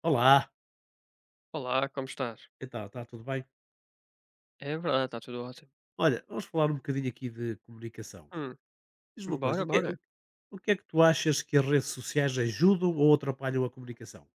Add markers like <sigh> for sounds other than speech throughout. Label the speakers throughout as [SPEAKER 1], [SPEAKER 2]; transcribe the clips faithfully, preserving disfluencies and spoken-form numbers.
[SPEAKER 1] Olá,
[SPEAKER 2] Olá, como estás?
[SPEAKER 1] então, está tudo bem?
[SPEAKER 2] É verdade, está tudo ótimo.
[SPEAKER 1] Olha, vamos falar um bocadinho aqui de comunicação.
[SPEAKER 2] Hum,
[SPEAKER 1] Diz uma coisa,
[SPEAKER 2] bora,
[SPEAKER 1] o que, é,
[SPEAKER 2] bora.
[SPEAKER 1] o, o que é que tu achas que as redes sociais ajudam ou atrapalham a comunicação?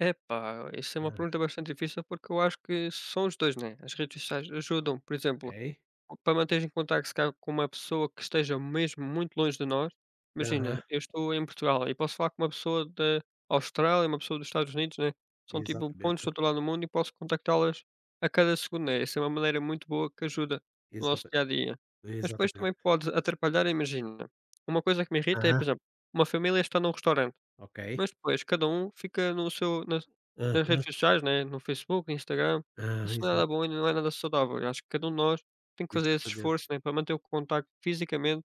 [SPEAKER 2] Epá, isso é uma
[SPEAKER 1] Aham.
[SPEAKER 2] pergunta bastante difícil porque eu acho que são os dois, né? As redes sociais ajudam, por exemplo,
[SPEAKER 1] Ok.
[SPEAKER 2] para manteres em contacto se calhar com uma pessoa que esteja mesmo muito longe de nós,
[SPEAKER 1] Aham,
[SPEAKER 2] imagina, eu estou em Portugal e posso falar com uma pessoa da Austrália, uma pessoa dos Estados Unidos, né, são tipo pontos do
[SPEAKER 1] exatamente,
[SPEAKER 2] outro lado do mundo e posso contactá-las a cada segundo, né, essa é uma maneira muito boa que ajuda no nosso
[SPEAKER 1] exata,
[SPEAKER 2] dia a dia. Mas depois
[SPEAKER 1] exatamente.
[SPEAKER 2] também pode atrapalhar, imagina, uma coisa que me irrita é,
[SPEAKER 1] Aham,
[SPEAKER 2] por exemplo, uma família está num restaurante
[SPEAKER 1] ok,
[SPEAKER 2] mas depois cada um fica no seu nas nas
[SPEAKER 1] aham,
[SPEAKER 2] redes sociais, né, no Facebook, Instagram,
[SPEAKER 1] ah,
[SPEAKER 2] isso não é nada
[SPEAKER 1] exata,
[SPEAKER 2] bom e não é nada saudável. Eu acho que cada um de nós tem que fazer esse
[SPEAKER 1] exatamente,
[SPEAKER 2] esforço, né, para manter o contacto fisicamente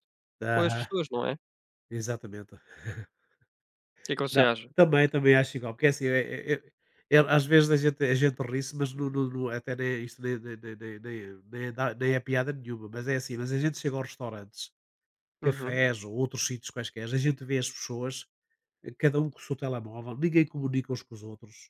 [SPEAKER 2] com as
[SPEAKER 1] aham,
[SPEAKER 2] pessoas, não é?
[SPEAKER 1] exatamente.
[SPEAKER 2] O Que é que você
[SPEAKER 1] Não,
[SPEAKER 2] acha?
[SPEAKER 1] também, também acho igual, porque é assim, é é é é- às vezes a gente a gente ri-se, mas não não não até nem isto nem nem nem nem nem nem dá nem é piada nenhuma, mas é assim, mas a gente chega aos restaurantes,
[SPEAKER 2] Uhum.
[SPEAKER 1] cafés ou outros sítios quaisquer, a gente vê as pessoas, eh, cada um com o seu telemóvel, ninguém comunica uns com os outros,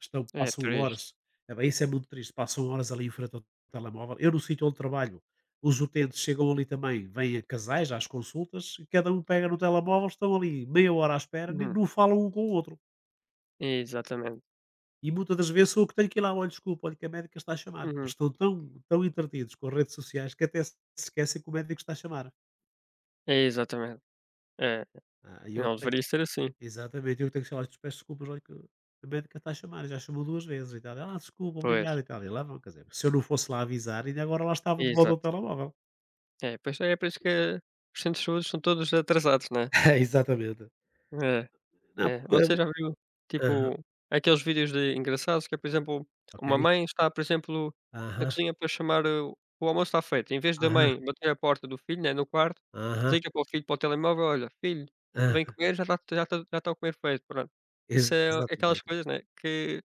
[SPEAKER 1] estão
[SPEAKER 2] É
[SPEAKER 1] passam
[SPEAKER 2] triste.
[SPEAKER 1] horas, é bem, isso é muito triste, passam horas ali em frente ao telemóvel. Eu no sítio onde trabalho, os utentes chegam ali também, vêm a casais às consultas e cada um pega no telemóvel, estão ali meia hora à espera, e
[SPEAKER 2] Uhum.
[SPEAKER 1] não falam um com o outro.
[SPEAKER 2] Exatamente.
[SPEAKER 1] E muitas das vezes sou eu que tenho que ir lá: "Olha, desculpa, olha que a médica está a chamar". Eles
[SPEAKER 2] Uhum.
[SPEAKER 1] estão tão tão entretidos com as redes sociais que até se esquecem que o médico está a chamar.
[SPEAKER 2] Exatamente. É,
[SPEAKER 1] Ah, e eu que
[SPEAKER 2] não
[SPEAKER 1] tenho
[SPEAKER 2] deveria ser assim.
[SPEAKER 1] exatamente, eu que tenho que falar: "Peço desculpas, olha que a médica está a chamar, já chamou duas vezes e tal". "Ah, desculpa,
[SPEAKER 2] Pois,
[SPEAKER 1] obrigado" e tal. E lá vão, quer dizer, se eu não fosse lá avisar, ainda agora lá estava de volta ao
[SPEAKER 2] exato.
[SPEAKER 1] telemóvel.
[SPEAKER 2] É, pois é é por isso que os centros de saúde são todos atrasados, né?
[SPEAKER 1] <laughs> Exatamente.
[SPEAKER 2] É.
[SPEAKER 1] Não,
[SPEAKER 2] É,
[SPEAKER 1] porque
[SPEAKER 2] você
[SPEAKER 1] eu
[SPEAKER 2] já viu,
[SPEAKER 1] aham,
[SPEAKER 2] tipo, aqueles vídeos de engraçados que é, por exemplo,
[SPEAKER 1] ok.
[SPEAKER 2] uma mãe está, por exemplo, na
[SPEAKER 1] Aham,
[SPEAKER 2] cozinha para chamar o o almoço está feito, em vez da
[SPEAKER 1] aham,
[SPEAKER 2] mãe bater à porta do filho, né, no quarto,
[SPEAKER 1] aham,
[SPEAKER 2] liga para o filho para o telemóvel: "Olha, filho, vem
[SPEAKER 1] aham.
[SPEAKER 2] comer, já está já está já está o comer feito", pronto. Isso é aquelas
[SPEAKER 1] Exatamente.
[SPEAKER 2] coisas, né, que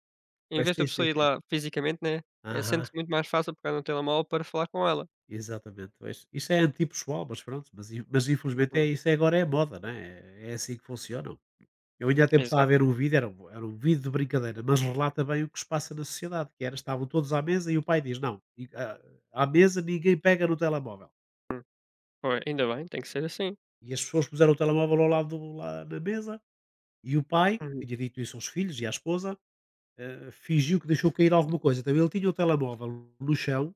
[SPEAKER 2] em
[SPEAKER 1] Pois,
[SPEAKER 2] vez da
[SPEAKER 1] sim, sim,
[SPEAKER 2] pessoa ir
[SPEAKER 1] sim.
[SPEAKER 2] lá fisicamente, né, é
[SPEAKER 1] Aham.
[SPEAKER 2] sente muito mais fácil pegar no telemóvel para falar com ela.
[SPEAKER 1] Exatamente, pois. Isso é antipessoal, mas pronto, mas in mas infelizmente é
[SPEAKER 2] Uhum,
[SPEAKER 1] isso é agora é a moda, né, é é assim que funcionam. Eu ainda há tempo estava a
[SPEAKER 2] exato.
[SPEAKER 1] ver um vídeo, era um era um vídeo de brincadeira, mas relata bem o que se passa na sociedade, que era estavam todos à mesa e o pai diz: "Não, e à à mesa ninguém pega no telemóvel".
[SPEAKER 2] Hum, pois, ainda bem, tem que ser assim.
[SPEAKER 1] E as pessoas puseram o telemóvel ao lado do lá na mesa, e o pai,
[SPEAKER 2] Uhum.
[SPEAKER 1] que tinha dito isso aos filhos e à esposa, eh, fingiu que deixou cair alguma coisa, então ele tinha o telemóvel no chão.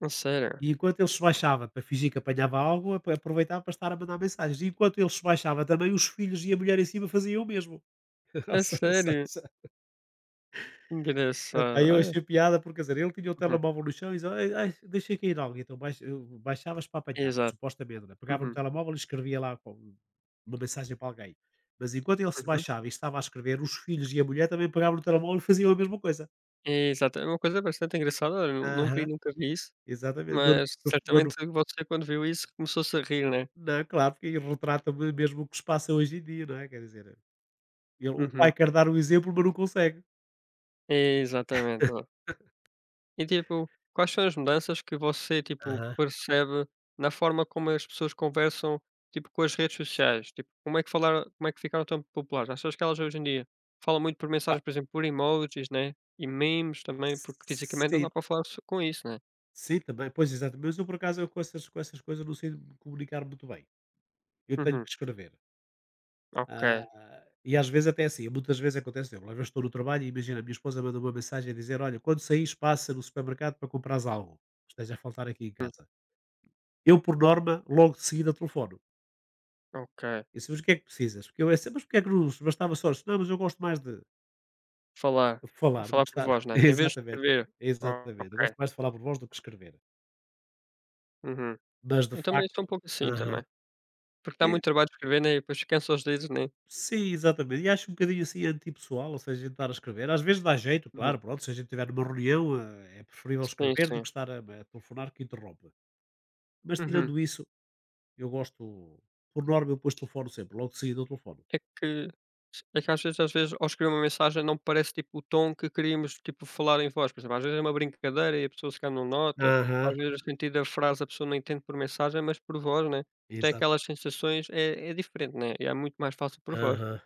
[SPEAKER 2] A sério?
[SPEAKER 1] E enquanto ele se baixava para fingir que apanhava algo, apa aproveitava para estar a mandar mensagens. E enquanto ele se baixava também, os filhos e a mulher em cima faziam o mesmo. <laughs> Ou
[SPEAKER 2] A sério?
[SPEAKER 1] seja, epá,
[SPEAKER 2] Engraçado,
[SPEAKER 1] eu
[SPEAKER 2] olha.
[SPEAKER 1] achei piada porque, quer dizer, ele tinha o
[SPEAKER 2] Uhum.
[SPEAKER 1] telemóvel no chão e dizia: "Ai, ai, deixei cair algo". Então baix eu baixavas para apanhar,
[SPEAKER 2] Exato.
[SPEAKER 1] supostamente, né. Pegava no
[SPEAKER 2] Uhum,
[SPEAKER 1] telemóvel e escrevia lá com uma mensagem para alguém. Mas enquanto ele se
[SPEAKER 2] uhum.
[SPEAKER 1] baixava e estava a escrever, os filhos e a mulher também pegavam no telemóvel e faziam a mesma coisa.
[SPEAKER 2] Exato. É uma coisa bastante engraçada, olha, não não vi,
[SPEAKER 1] Aham,
[SPEAKER 2] nunca vi isso,
[SPEAKER 1] exatamente. Manu
[SPEAKER 2] mas
[SPEAKER 1] manu
[SPEAKER 2] certamente você quando viu isso começou-se a rir, né?
[SPEAKER 1] não, claro, porque aí retrata-me mesmo o que se passa hoje em dia, não é, quer dizer. Ele o
[SPEAKER 2] Uhum.
[SPEAKER 1] pai quer dar o exemplo, mas não consegue.
[SPEAKER 2] Exatamente, não é? E tipo, quais são as mudanças que você, tipo,
[SPEAKER 1] Aham.
[SPEAKER 2] percebe na forma como as pessoas conversam, tipo, com as redes sociais? Tipo, como é que falaram como é que ficaram tão populares? Achas que elas hoje em dia falam muito por
[SPEAKER 1] Pá,
[SPEAKER 2] mensagens, por exemplo, por emojis, né, e memes também, porque fisicamente não
[SPEAKER 1] sim,
[SPEAKER 2] dá para falar so com isso, né?
[SPEAKER 1] sim, também. Pois, exato. Mas eu, por acaso, eu com essas com essas coisas não sei me comunicar muito bem. Eu tenho
[SPEAKER 2] Uhum.
[SPEAKER 1] que escrever.
[SPEAKER 2] Ok.
[SPEAKER 1] Ah, e às vezes até assim, muitas vezes acontece, eu às vezes estou no trabalho e imagina, a minha esposa manda uma mensagem a dizer: "Olha, quando saíres passa no supermercado para comprares algo, que esteja a faltar aqui em
[SPEAKER 2] Hum,
[SPEAKER 1] casa". Eu, por norma, logo de seguida telefono.
[SPEAKER 2] ok.
[SPEAKER 1] E assim: "Mas o que é que precisas?" Porque eu é sempre: "Mas porque é que não bastava só?" "Não, mas eu gosto mais de"
[SPEAKER 2] Falar, a
[SPEAKER 1] Falar do
[SPEAKER 2] falar
[SPEAKER 1] que
[SPEAKER 2] por
[SPEAKER 1] estar
[SPEAKER 2] voz,
[SPEAKER 1] <laughs>
[SPEAKER 2] né, em vez de
[SPEAKER 1] exatamente,
[SPEAKER 2] escrever.
[SPEAKER 1] exatamente. Eu gosto
[SPEAKER 2] Ok.
[SPEAKER 1] mais de falar por voz do que escrever,
[SPEAKER 2] Uhum.
[SPEAKER 1] mas de
[SPEAKER 2] Eu também sou
[SPEAKER 1] facto
[SPEAKER 2] um pouco assim
[SPEAKER 1] aham.
[SPEAKER 2] também, porque dá
[SPEAKER 1] É,
[SPEAKER 2] muito trabalho escrever, né, e depois cansa os dedos, né.
[SPEAKER 1] sim, exatamente. E acho um bocadinho assim antipessoal, ou seja, a gente estar a escrever. Às vezes dá jeito,
[SPEAKER 2] Uhum.
[SPEAKER 1] claro, pronto, se a gente estiver numa reunião, eh, é preferível
[SPEAKER 2] Sim,
[SPEAKER 1] escrever do
[SPEAKER 2] sim.
[SPEAKER 1] que estar a a telefonar que interrompe. Mas
[SPEAKER 2] Uhum.
[SPEAKER 1] tirando isso, eu gosto por norma eu depois telefono sempre, logo de seguida eu telefono.
[SPEAKER 2] É que é que às vezes às vezes ao escrever uma mensagem não parece tipo o tom que queríamos, tipo, falar em voz, por exemplo, às vezes é uma brincadeira e a pessoa se calhar não nota,
[SPEAKER 1] Aham.
[SPEAKER 2] às vezes o sentido da frase a pessoa não entende por mensagem, mas por voz, né, tem
[SPEAKER 1] Exato.
[SPEAKER 2] aquelas sensações, é é diferente, né, e é muito mais fácil por voz.
[SPEAKER 1] Aham.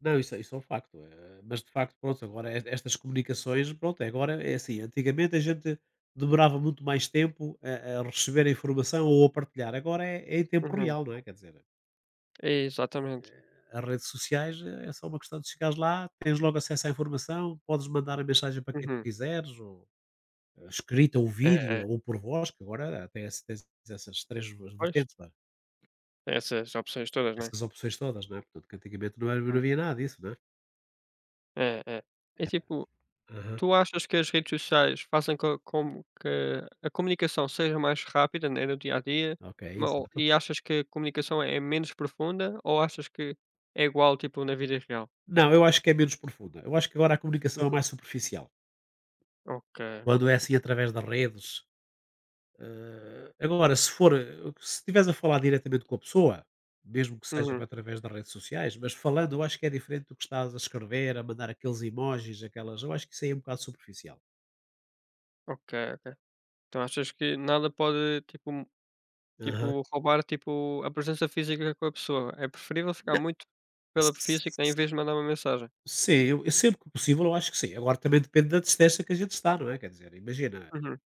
[SPEAKER 1] Não, isso é isso é um facto, eh, mas de facto, pronto, agora es estas comunicações, pronto, é agora é assim, antigamente a gente demorava muito mais tempo a a receber a informação ou a partilhar, agora é é em tempo
[SPEAKER 2] Uhum.
[SPEAKER 1] real, não é, quer dizer,
[SPEAKER 2] É, exatamente.
[SPEAKER 1] as redes sociais eh, é só uma questão de chegares lá, tens logo acesso à informação, podes mandar a mensagem para quem tu
[SPEAKER 2] Uhum.
[SPEAKER 1] quiseres ou eh, escrita ou
[SPEAKER 2] É,
[SPEAKER 1] vídeo
[SPEAKER 2] é.
[SPEAKER 1] ou por voz, que agora até esse tens essas três
[SPEAKER 2] Pois.
[SPEAKER 1] vertentes, não é,
[SPEAKER 2] Essas opções todas, não é?
[SPEAKER 1] essas opções todas, não é, portanto que antigamente não era não
[SPEAKER 2] Hum.
[SPEAKER 1] havia nada disso, não é?
[SPEAKER 2] É, é. É tipo,
[SPEAKER 1] Aham,
[SPEAKER 2] tu achas que as redes sociais fazem co com que a comunicação seja mais rápida, né, no dia a dia,
[SPEAKER 1] ok,
[SPEAKER 2] ma ou
[SPEAKER 1] exato.
[SPEAKER 2] e achas que a comunicação é menos profunda ou achas que é igual, tipo, na vida real?
[SPEAKER 1] Não, eu acho que é menos profunda. Eu acho que agora a comunicação é
[SPEAKER 2] Uhum.
[SPEAKER 1] mais superficial.
[SPEAKER 2] Ok.
[SPEAKER 1] Quando é assim através das redes, eh, agora se for, eh, se estiveres a falar diretamente com a pessoa, mesmo que seja para
[SPEAKER 2] Uhum.
[SPEAKER 1] através das redes sociais, mas falando eu acho que é diferente do que estás a escrever, a mandar aqueles emojis, aquelas, eu acho que isso aí é um bocado superficial.
[SPEAKER 2] Ok, ok. Então achas que nada pode, tipo m-
[SPEAKER 1] Aham.
[SPEAKER 2] tipo, roubar, tipo, a presença física com a pessoa? É preferível ficar
[SPEAKER 1] Não,
[SPEAKER 2] muito
[SPEAKER 1] s-
[SPEAKER 2] pela física em
[SPEAKER 1] s-
[SPEAKER 2] vez de mandar uma mensagem?
[SPEAKER 1] sim, eu, eu sempre que possível eu acho que sim. Agora também depende da distância que a gente está, não é? Quer dizer, imagina,
[SPEAKER 2] Uhum.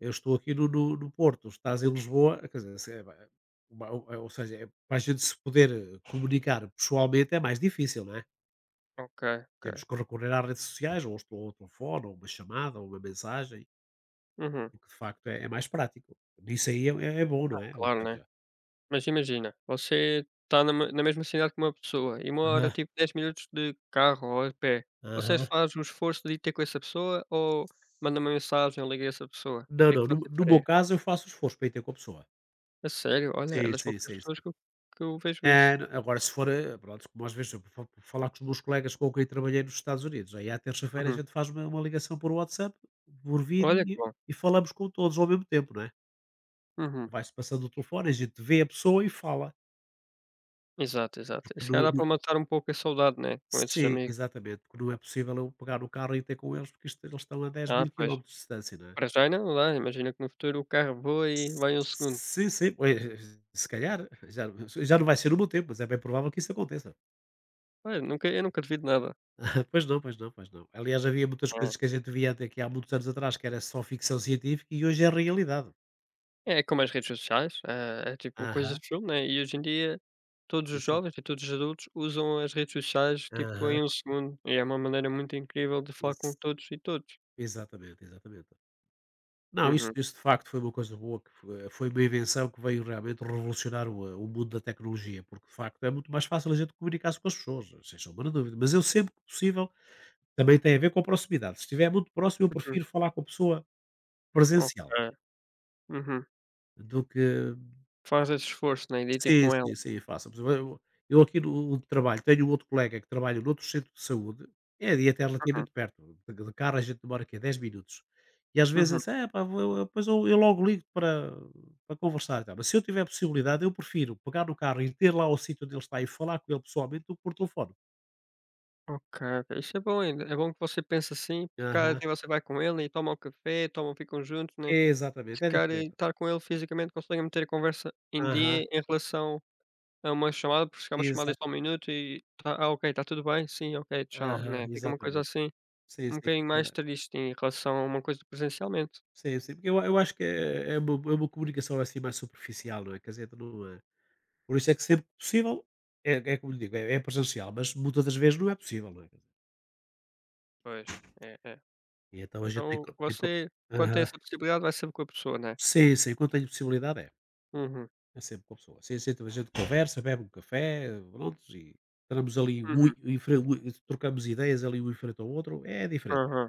[SPEAKER 1] eu estou aqui no no no Porto, estás em Lisboa, quer dizer, se é ba uma u ou seja, é para a gente se poder eh, comunicar pessoalmente é mais difícil, não é?
[SPEAKER 2] Ok,
[SPEAKER 1] Temos
[SPEAKER 2] ok.
[SPEAKER 1] que recorrer às redes sociais, ou estou ao telefone, ou uma chamada, ou uma mensagem,
[SPEAKER 2] Uhum.
[SPEAKER 1] o que de facto é é mais prático. Nisso aí é é é bom,
[SPEAKER 2] Ah,
[SPEAKER 1] não é? Ou
[SPEAKER 2] claro, né?
[SPEAKER 1] seja
[SPEAKER 2] Mas imagina, você está na me na mesma cidade que uma pessoa e mora
[SPEAKER 1] aham,
[SPEAKER 2] tipo dez minutos de carro ou a pé. Você
[SPEAKER 1] aham.
[SPEAKER 2] faz o esforço de ir ter com essa pessoa ou manda uma mensagem ou liga a essa pessoa? O
[SPEAKER 1] Não,
[SPEAKER 2] que é que
[SPEAKER 1] não, no
[SPEAKER 2] você
[SPEAKER 1] no meu
[SPEAKER 2] faria?
[SPEAKER 1] caso eu faço esforço para ir ter com a pessoa.
[SPEAKER 2] A sério? Olha, é
[SPEAKER 1] Sim,
[SPEAKER 2] das
[SPEAKER 1] sim,
[SPEAKER 2] poucas
[SPEAKER 1] sim,
[SPEAKER 2] pessoas
[SPEAKER 1] sim.
[SPEAKER 2] que eu que eu vejo
[SPEAKER 1] É,
[SPEAKER 2] isso.
[SPEAKER 1] n agora se for, eh, pronto, como às vezes eu vou vou falar com os meus colegas com quem trabalhei nos Estados Unidos, aí à terça-feira a
[SPEAKER 2] Uhum.
[SPEAKER 1] gente faz uma uma ligação por WhatsApp, por vídeo
[SPEAKER 2] Olha que
[SPEAKER 1] e
[SPEAKER 2] bom.
[SPEAKER 1] e falamos com todos ao mesmo tempo, não é?
[SPEAKER 2] Uhum.
[SPEAKER 1] Vai-se passando o telefone, a gente vê a pessoa e fala,
[SPEAKER 2] Exato, exato.
[SPEAKER 1] porque
[SPEAKER 2] Isso se
[SPEAKER 1] não
[SPEAKER 2] calhar dá
[SPEAKER 1] não
[SPEAKER 2] para matar um pouco a saudade, né, com esses
[SPEAKER 1] sim,
[SPEAKER 2] amigos.
[SPEAKER 1] exatamente, porque não é possível eu pegar no carro e ter com eles, porque isto eles estão a dez
[SPEAKER 2] Ah,
[SPEAKER 1] mil
[SPEAKER 2] pois.
[SPEAKER 1] quilómetros de distância, não é?
[SPEAKER 2] Para já ainda não dá, imagina que no futuro o carro voa e vai em 1 segundo.
[SPEAKER 1] Sim, sim, pois, eh, se calhar, já já não vai ser no meu tempo, mas é bem provável que isso aconteça.
[SPEAKER 2] Olha, nunca eu nunca duvido nada.
[SPEAKER 1] Pois não, pois não, pois não. Aliás, havia muitas coisas
[SPEAKER 2] É.
[SPEAKER 1] que a gente via até aqui há muitos anos atrás, que era só ficção científica e hoje é realidade.
[SPEAKER 2] É, como as redes sociais, eh, é tipo coisas
[SPEAKER 1] Aham,
[SPEAKER 2] de filme, né, e hoje em dia todos os
[SPEAKER 1] exato.
[SPEAKER 2] jovens e todos os adultos usam as redes sociais, tipo,
[SPEAKER 1] Aham,
[SPEAKER 2] em um segundo, e é uma maneira muito incrível de falar com
[SPEAKER 1] ex-
[SPEAKER 2] todos e todos.
[SPEAKER 1] exatamente, exatamente. Não, isso,
[SPEAKER 2] Uhum,
[SPEAKER 1] isso de facto foi uma coisa boa, que fo- foi uma invenção que veio realmente revolucionar o, eh, o mundo da tecnologia, porque de facto é muito mais fácil a gente comunicar-se com as pessoas, sem sombra de dúvida. Mas eu sempre que possível, também tem a ver com a proximidade. Se estiver muito próximo, eu
[SPEAKER 2] uhum,
[SPEAKER 1] prefiro falar com a pessoa
[SPEAKER 2] ok,
[SPEAKER 1] presencial
[SPEAKER 2] uhum.
[SPEAKER 1] do que
[SPEAKER 2] Faz esse esforço, né, de
[SPEAKER 1] sim,
[SPEAKER 2] com ela.
[SPEAKER 1] sim, sim, faço. Por exemplo, eu eu aqui no onde trabalho tenho outro colega que trabalha noutro centro de saúde, é e até
[SPEAKER 2] Uhum,
[SPEAKER 1] relativamente perto, de de carro a gente demora aqui dez minutos. E às vezes ele
[SPEAKER 2] uhum,
[SPEAKER 1] diz: "É pá, vou eu depois eu eu logo ligo para para conversar e tal", mas se eu tiver possibilidade eu prefiro pegar no carro e ir ter lá ao sítio onde ele está e falar com ele pessoalmente do que por telefone.
[SPEAKER 2] ok, ok, isso é bom ainda, é bom que você pense assim, porque cada
[SPEAKER 1] Aham.
[SPEAKER 2] dia você vai com ele e toma um café, tomam ficam juntos, né,
[SPEAKER 1] Exatamente,
[SPEAKER 2] se
[SPEAKER 1] é
[SPEAKER 2] calhar eh,
[SPEAKER 1] diferente.
[SPEAKER 2] estar com ele fisicamente conseguem meter a conversa em
[SPEAKER 1] Aham.
[SPEAKER 2] dia em relação. É uma chamada por ficar uma chamada
[SPEAKER 1] Exata
[SPEAKER 2] só 1 minuto e tá ah, ok, tá tudo bem? Sim, ok, tchau,
[SPEAKER 1] aham,
[SPEAKER 2] né. Fica uma coisa
[SPEAKER 1] exatamente.
[SPEAKER 2] assim,
[SPEAKER 1] Sim,
[SPEAKER 2] um
[SPEAKER 1] sim,
[SPEAKER 2] bocadinho
[SPEAKER 1] fica
[SPEAKER 2] mais triste em relação a uma coisa presencialmente.
[SPEAKER 1] sim, sim, porque eu eu acho que é é uma é uma comunicação assim mais superficial, não é? Que a não, eh. Por isso é que sempre que possível, é é como lhe digo, é é presencial, mas muitas das vezes não é possível, não é? Quer dizer,
[SPEAKER 2] Pois, é, é.
[SPEAKER 1] e então a gente tem
[SPEAKER 2] Então
[SPEAKER 1] que tem que
[SPEAKER 2] você, quando tem
[SPEAKER 1] aham.
[SPEAKER 2] essa possibilidade, vai sempre com a pessoa, né.
[SPEAKER 1] Sim, sim, quando tenho possibilidade é,
[SPEAKER 2] Uhum,
[SPEAKER 1] é sempre com a pessoa. Sim, sim, então a gente conversa, bebe um café, prontos, e entramos ali mui
[SPEAKER 2] uhum,
[SPEAKER 1] em fre mui trocamos ideias ali um em frente ao outro, é diferente.
[SPEAKER 2] aham,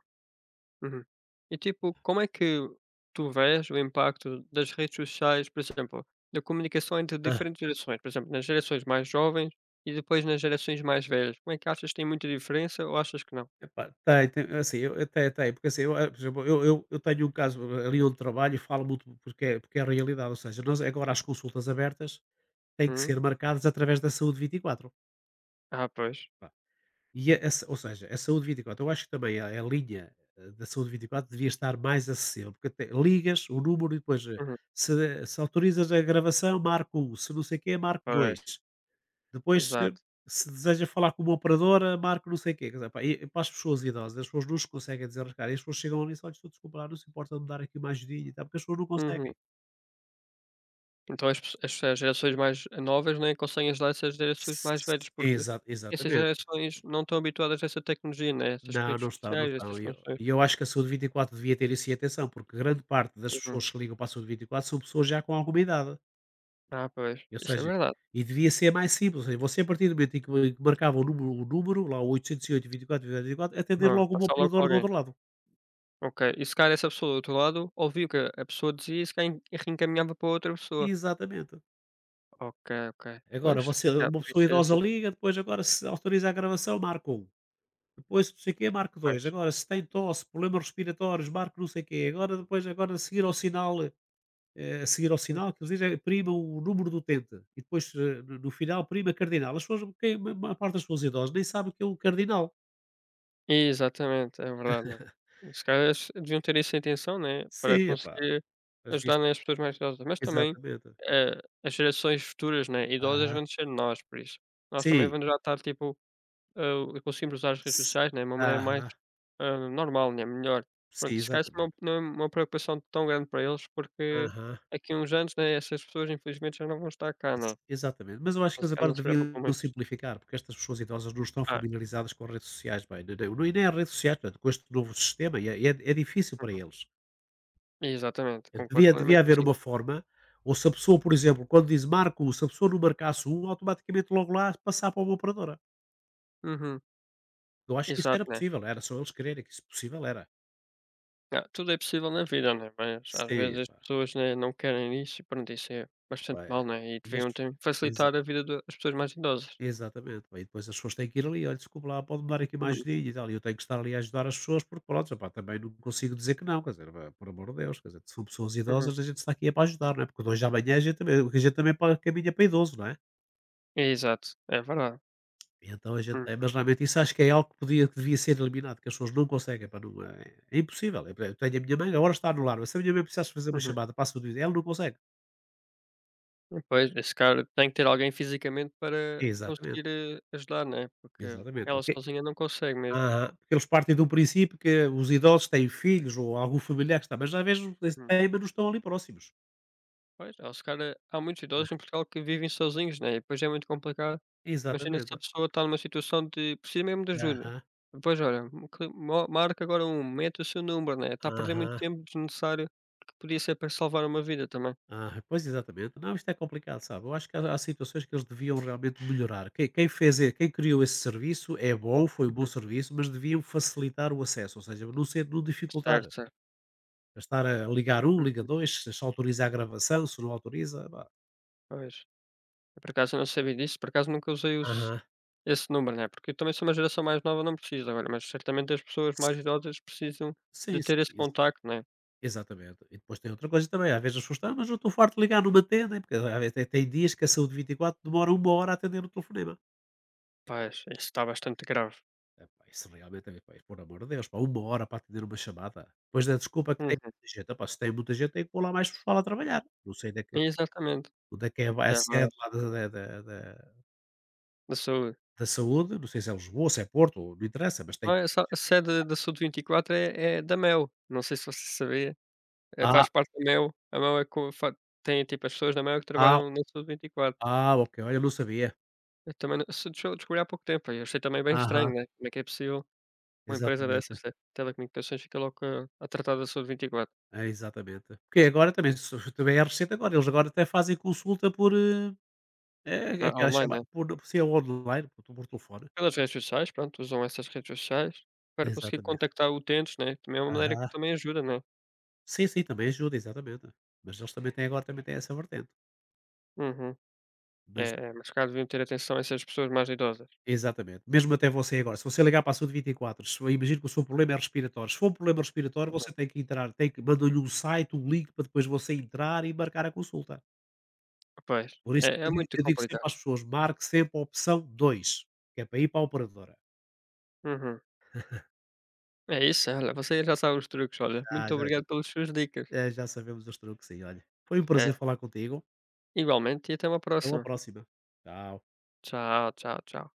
[SPEAKER 2] uhum. E tipo, como é que tu vês o impacto das redes sociais, por exemplo, da comunicação entre
[SPEAKER 1] Hã.
[SPEAKER 2] diferentes gerações? Por exemplo, nas gerações mais jovens e depois nas gerações mais velhas. Como é que achas que tem muita diferença ou achas que não?
[SPEAKER 1] Epá, tem, tem, assim, eu até tem, porque assim, eu, eh, por exemplo, eu eu eu tenho um caso ali onde trabalho e falo muito porque é porque é a realidade, ou seja, nós agora as consultas abertas têm que
[SPEAKER 2] Uhum.
[SPEAKER 1] ser marcadas através da Saúde vinte e quatro.
[SPEAKER 2] Ah, pois.
[SPEAKER 1] E a, a sa- ou seja, a saúde vinte e quatro, eu acho que também a, a linha eh, da saúde vinte e quatro devia estar mais acessível, porque até ligas o número e depois eh,
[SPEAKER 2] Uhum.
[SPEAKER 1] se, se autorizas a gravação, marco um, se não sei o quê, marco dois.
[SPEAKER 2] Pois,
[SPEAKER 1] Depois, eh,
[SPEAKER 2] exato.
[SPEAKER 1] se deseja falar com uma operadora, marco não sei o quê. Quer dizer, pá, e- e para as pessoas idosas, as pessoas não se conseguem desenrascar, e as pessoas chegam ali e só desculpa lá, não se importa de me dar aqui uma ajudinha e tal, porque as pessoas não
[SPEAKER 2] Uhum.
[SPEAKER 1] conseguem.
[SPEAKER 2] Então as pesso as as gerações mais novas, nem conseguem ajudar essas gerações mais velhas,
[SPEAKER 1] S-
[SPEAKER 2] porque
[SPEAKER 1] Exa-
[SPEAKER 2] essas
[SPEAKER 1] exatamente.
[SPEAKER 2] gerações não estão habituadas a essa tecnologia, né, essas
[SPEAKER 1] Não,
[SPEAKER 2] redes
[SPEAKER 1] não estão, não
[SPEAKER 2] sociais,
[SPEAKER 1] estão.
[SPEAKER 2] essas
[SPEAKER 1] E eu
[SPEAKER 2] funções.
[SPEAKER 1] e eu acho que a saúde vinte e quatro devia ter isso em atenção, porque grande parte das
[SPEAKER 2] Uhum.
[SPEAKER 1] pessoas que ligam para a saúde vinte e quatro são pessoas já com alguma idade.
[SPEAKER 2] Ah, pois,
[SPEAKER 1] Ou
[SPEAKER 2] isso é
[SPEAKER 1] seja,
[SPEAKER 2] verdade.
[SPEAKER 1] e devia ser mais simples. Ou seja, você, a partir do momento em que em que marcava o número, o número lá o oito zero oito vinte e quatro vinte e quatro, atender
[SPEAKER 2] Aham,
[SPEAKER 1] logo uma
[SPEAKER 2] passar logo para
[SPEAKER 1] operadora do
[SPEAKER 2] alguém.
[SPEAKER 1] outro lado.
[SPEAKER 2] Ok, e se calhar essa pessoa do outro lado ouviu que a pessoa dizia e se calhar en- reencaminhava para outra pessoa.
[SPEAKER 1] Exatamente.
[SPEAKER 2] Ok, ok.
[SPEAKER 1] Agora,
[SPEAKER 2] Pois, se
[SPEAKER 1] você,
[SPEAKER 2] calhar
[SPEAKER 1] uma
[SPEAKER 2] podia
[SPEAKER 1] pessoa
[SPEAKER 2] ser
[SPEAKER 1] idosa
[SPEAKER 2] assim,
[SPEAKER 1] liga, depois agora se autoriza a gravação, marca um. Depois, não sei o quê, marca dois.
[SPEAKER 2] pois.
[SPEAKER 1] Agora, se tem tosse, problemas respiratórios, marca não sei o quê. Agora, depois, agora, a seguir ao sinal eh, a seguir ao sinal, que eles dizem é prima o número do utente e depois eh, no no final prima cardinal. As pessoas, quem- a maior parte das pessoas idosas nem sabe o que é o cardinal.
[SPEAKER 2] Exatamente, é verdade, não. Se calhar deviam ter essa intenção, né, para
[SPEAKER 1] Sim, epá,
[SPEAKER 2] conseguir
[SPEAKER 1] mas
[SPEAKER 2] ajudar,
[SPEAKER 1] isto,
[SPEAKER 2] né, as pessoas mais idosas, mas também,
[SPEAKER 1] exatamente.
[SPEAKER 2] eh, as gerações futuras, né, idosas
[SPEAKER 1] Aham,
[SPEAKER 2] vão ser nós, por isso. Nós também
[SPEAKER 1] sim.
[SPEAKER 2] vamos já estar, tipo, ah, conseguimos usar as redes
[SPEAKER 1] s-
[SPEAKER 2] sociais, né, de uma maneira mais,
[SPEAKER 1] Aham,
[SPEAKER 2] ah, normal, né, melhor.
[SPEAKER 1] sim,
[SPEAKER 2] Pronto, se calhar isso
[SPEAKER 1] exatamente.
[SPEAKER 2] não não é uma preocupação tão grande para eles, porque
[SPEAKER 1] Aham.
[SPEAKER 2] aqui uns anos, né, essas pessoas infelizmente já não vão estar cá, né,
[SPEAKER 1] ex- Exatamente, mas eu acho que
[SPEAKER 2] então
[SPEAKER 1] eles
[SPEAKER 2] se calhar
[SPEAKER 1] agora
[SPEAKER 2] não se
[SPEAKER 1] deviam
[SPEAKER 2] preocupam muito.
[SPEAKER 1] simplificar, porque estas pessoas idosas não estão
[SPEAKER 2] Ah,
[SPEAKER 1] familiarizadas com as redes sociais, bem, nem, nem nem as redes sociais, portanto, com este novo sistema, e é, é é difícil para
[SPEAKER 2] uhum.
[SPEAKER 1] eles.
[SPEAKER 2] Exatamente, concordo
[SPEAKER 1] Devia devia
[SPEAKER 2] plenamente
[SPEAKER 1] haver
[SPEAKER 2] consigo.
[SPEAKER 1] uma forma, ou se a pessoa, por exemplo, quando diz: marca "Marco", se a pessoa não marcasse um automaticamente logo lá passar para uma operadora.
[SPEAKER 2] Uhum,
[SPEAKER 1] Eu acho que isso
[SPEAKER 2] exato,
[SPEAKER 1] era
[SPEAKER 2] né.
[SPEAKER 1] possível, era só eles quererem, que isso possível era.
[SPEAKER 2] Ah, tudo é possível na vida, né, mas às vezes
[SPEAKER 1] Sim,
[SPEAKER 2] as
[SPEAKER 1] pá,
[SPEAKER 2] pessoas, né, não querem isso e pronto, isso é bastante
[SPEAKER 1] pá, eh,
[SPEAKER 2] mal, né, e
[SPEAKER 1] e as
[SPEAKER 2] deviam tem
[SPEAKER 1] exa
[SPEAKER 2] facilitar a vida das pessoas mais idosas.
[SPEAKER 1] exatamente, pá, e depois as pessoas têm que ir ali: "Olha, desculpe lá, pode-me dar aqui mais
[SPEAKER 2] Uhum,
[SPEAKER 1] dinheiro e tal", e eu tenho que estar ali a ajudar as pessoas, porque pronto, epá, também não consigo dizer que não, quer dizer, pá, por amor de Deus, quer dizer, se são pessoas
[SPEAKER 2] uhum.
[SPEAKER 1] idosas, a gente está aqui é para ajudar, não é, porque de hoje à amanhã a gente também a gente também pa caminha para idoso, não é?
[SPEAKER 2] Exato, é verdade.
[SPEAKER 1] E então a gente
[SPEAKER 2] Hum,
[SPEAKER 1] tem, mas realmente isso acho que é algo que podia, que devia ser eliminado, que as pessoas não conseguem, pá, não, é, é impossível. Eu tenho a minha mãe, agora está no lar, mas se a minha mãe precisasse fazer uma
[SPEAKER 2] uhum.
[SPEAKER 1] chamada para a saúde, ela não consegue.
[SPEAKER 2] Pois, esse cara tem que ter alguém fisicamente para
[SPEAKER 1] Exatamente,
[SPEAKER 2] conseguir, eh, ajudar, né, porque
[SPEAKER 1] exatamente. É
[SPEAKER 2] ela
[SPEAKER 1] que-
[SPEAKER 2] sozinha não consegue mesmo.
[SPEAKER 1] Aham, porque eles partem do princípio que os idosos têm filhos ou algum familiar que está, mas às vezes
[SPEAKER 2] Uhum.
[SPEAKER 1] têm, mas não estão ali próximos.
[SPEAKER 2] Pois, há os cara há muitos idosos em Portugal que vivem sozinhos, né, e depois é muito complicado. Imagina se a
[SPEAKER 1] Exatamente.
[SPEAKER 2] pessoa está numa situação de precisa mesmo de ajuda.
[SPEAKER 1] Aham,
[SPEAKER 2] Pois olha, que mo marca agora um, mete o seu número, né, está a perder muito
[SPEAKER 1] aham.
[SPEAKER 2] tempo desnecessário que podia ser para salvar uma vida também.
[SPEAKER 1] Ah, pois exatamente. Não, isto é complicado, sabe? Eu acho que há, há situações que eles deviam realmente melhorar. Quem, quem fez, e- quem criou esse serviço é bom, foi um bom
[SPEAKER 2] Uhum.
[SPEAKER 1] serviço, mas deviam facilitar o acesso, ou seja, não ser, não dificultar.
[SPEAKER 2] Certo, certo.
[SPEAKER 1] É Estar a ligar um, liga
[SPEAKER 2] Hum,
[SPEAKER 1] dois, se se autoriza a gravação, se não autoriza, pá.
[SPEAKER 2] pois. Eu, Por acaso não sabia disso, por acaso nunca usei os
[SPEAKER 1] Aham.
[SPEAKER 2] esse número, né, porque eu também sou uma geração mais nova, não preciso agora, mas certamente as pessoas mais idosas precisam
[SPEAKER 1] Sim,
[SPEAKER 2] de ter
[SPEAKER 1] sim,
[SPEAKER 2] esse
[SPEAKER 1] ex-
[SPEAKER 2] contacto, né.
[SPEAKER 1] exatamente. E depois tem outra coisa também. Às vezes as pessoas estão, mas eu estou farto de ligar numa tenda, porque às vezes tem tem dias que a saúde vinte e quatro demora uma hora a atender o telefonema.
[SPEAKER 2] Pois, isso está bastante grave.
[SPEAKER 1] Epá, isso realmente é, pá, por amor de Deus, pá, uma hora para atender uma chamada. pois da desculpa que tem
[SPEAKER 2] Uhum.
[SPEAKER 1] muita gente, epá, se tem muita gente tem que pôr lá mais pessoal a trabalhar. Não sei onde é que
[SPEAKER 2] Exatamente.
[SPEAKER 1] onde é que é a a
[SPEAKER 2] É
[SPEAKER 1] sede
[SPEAKER 2] verdade.
[SPEAKER 1] lá da da da da
[SPEAKER 2] Da saúde.
[SPEAKER 1] da saúde, não sei se é Lisboa, se é Porto, não interessa, mas tem
[SPEAKER 2] Não,
[SPEAKER 1] que
[SPEAKER 2] é
[SPEAKER 1] pôr
[SPEAKER 2] só
[SPEAKER 1] mais
[SPEAKER 2] a
[SPEAKER 1] gente.
[SPEAKER 2] sede da Sud vinte e quatro é é da Mel, não sei se você sabia, eh,
[SPEAKER 1] Ah,
[SPEAKER 2] faz parte da Mel, a Mel é co fa tem, tipo, as pessoas da Mel é que
[SPEAKER 1] ah,
[SPEAKER 2] trabalham na Sud vinte e quatro.
[SPEAKER 1] ah, ok, olha, não sabia.
[SPEAKER 2] Eu também não se deixou descobri há pouco tempo, eu achei também bem
[SPEAKER 1] Aham,
[SPEAKER 2] estranho, né, como é que é possível uma empresa dessas
[SPEAKER 1] exatamente.
[SPEAKER 2] de telecomunicações fica logo a a tratar da Sud vinte e quatro,
[SPEAKER 1] É, exatamente. Porque agora também se também é recente agora, eles agora até fazem consulta por, eh, é é
[SPEAKER 2] a
[SPEAKER 1] aquela
[SPEAKER 2] online, né.
[SPEAKER 1] chamada por se é online, por por telefone.
[SPEAKER 2] Pelas redes sociais, pronto, usam essas redes sociais para conseguir
[SPEAKER 1] Exatamente.
[SPEAKER 2] contactar utentes, né, também é uma maneira que
[SPEAKER 1] Aham.
[SPEAKER 2] também ajuda, né.
[SPEAKER 1] Sim, sim, também ajuda, exatamente. Mas eles também têm agora, também têm essa vertente.
[SPEAKER 2] Uhum.
[SPEAKER 1] Mas
[SPEAKER 2] É, é, mas se calhar deviam ter atenção a essas pessoas mais idosas.
[SPEAKER 1] exatamente. Mesmo até você agora, se você ligar para a saúde vinte e quatro se eu imagino que o seu problema é respiratório. Se for um problema respiratório,
[SPEAKER 2] Uhum.
[SPEAKER 1] você tem que entrar, tem que mandar-lhe um site, um link para depois você entrar e marcar a consulta.
[SPEAKER 2] Pois,
[SPEAKER 1] Por isso
[SPEAKER 2] é
[SPEAKER 1] eu
[SPEAKER 2] é
[SPEAKER 1] digo,
[SPEAKER 2] muito
[SPEAKER 1] eu digo sempre
[SPEAKER 2] complicado.
[SPEAKER 1] às pessoas, marque sempre a opção dois que é para ir para a operadora.
[SPEAKER 2] Uhum. É isso, olha, você já sabe os truques, olha.
[SPEAKER 1] Já,
[SPEAKER 2] Muito
[SPEAKER 1] já, já,
[SPEAKER 2] obrigado pelas suas dicas.
[SPEAKER 1] eh, já sabemos os truques aí, olha. Foi um
[SPEAKER 2] É,
[SPEAKER 1] prazer falar contigo.
[SPEAKER 2] igualmente e até uma
[SPEAKER 1] Até uma
[SPEAKER 2] próxima.
[SPEAKER 1] próxima. Tchau.
[SPEAKER 2] Tchau, tchau, tchau.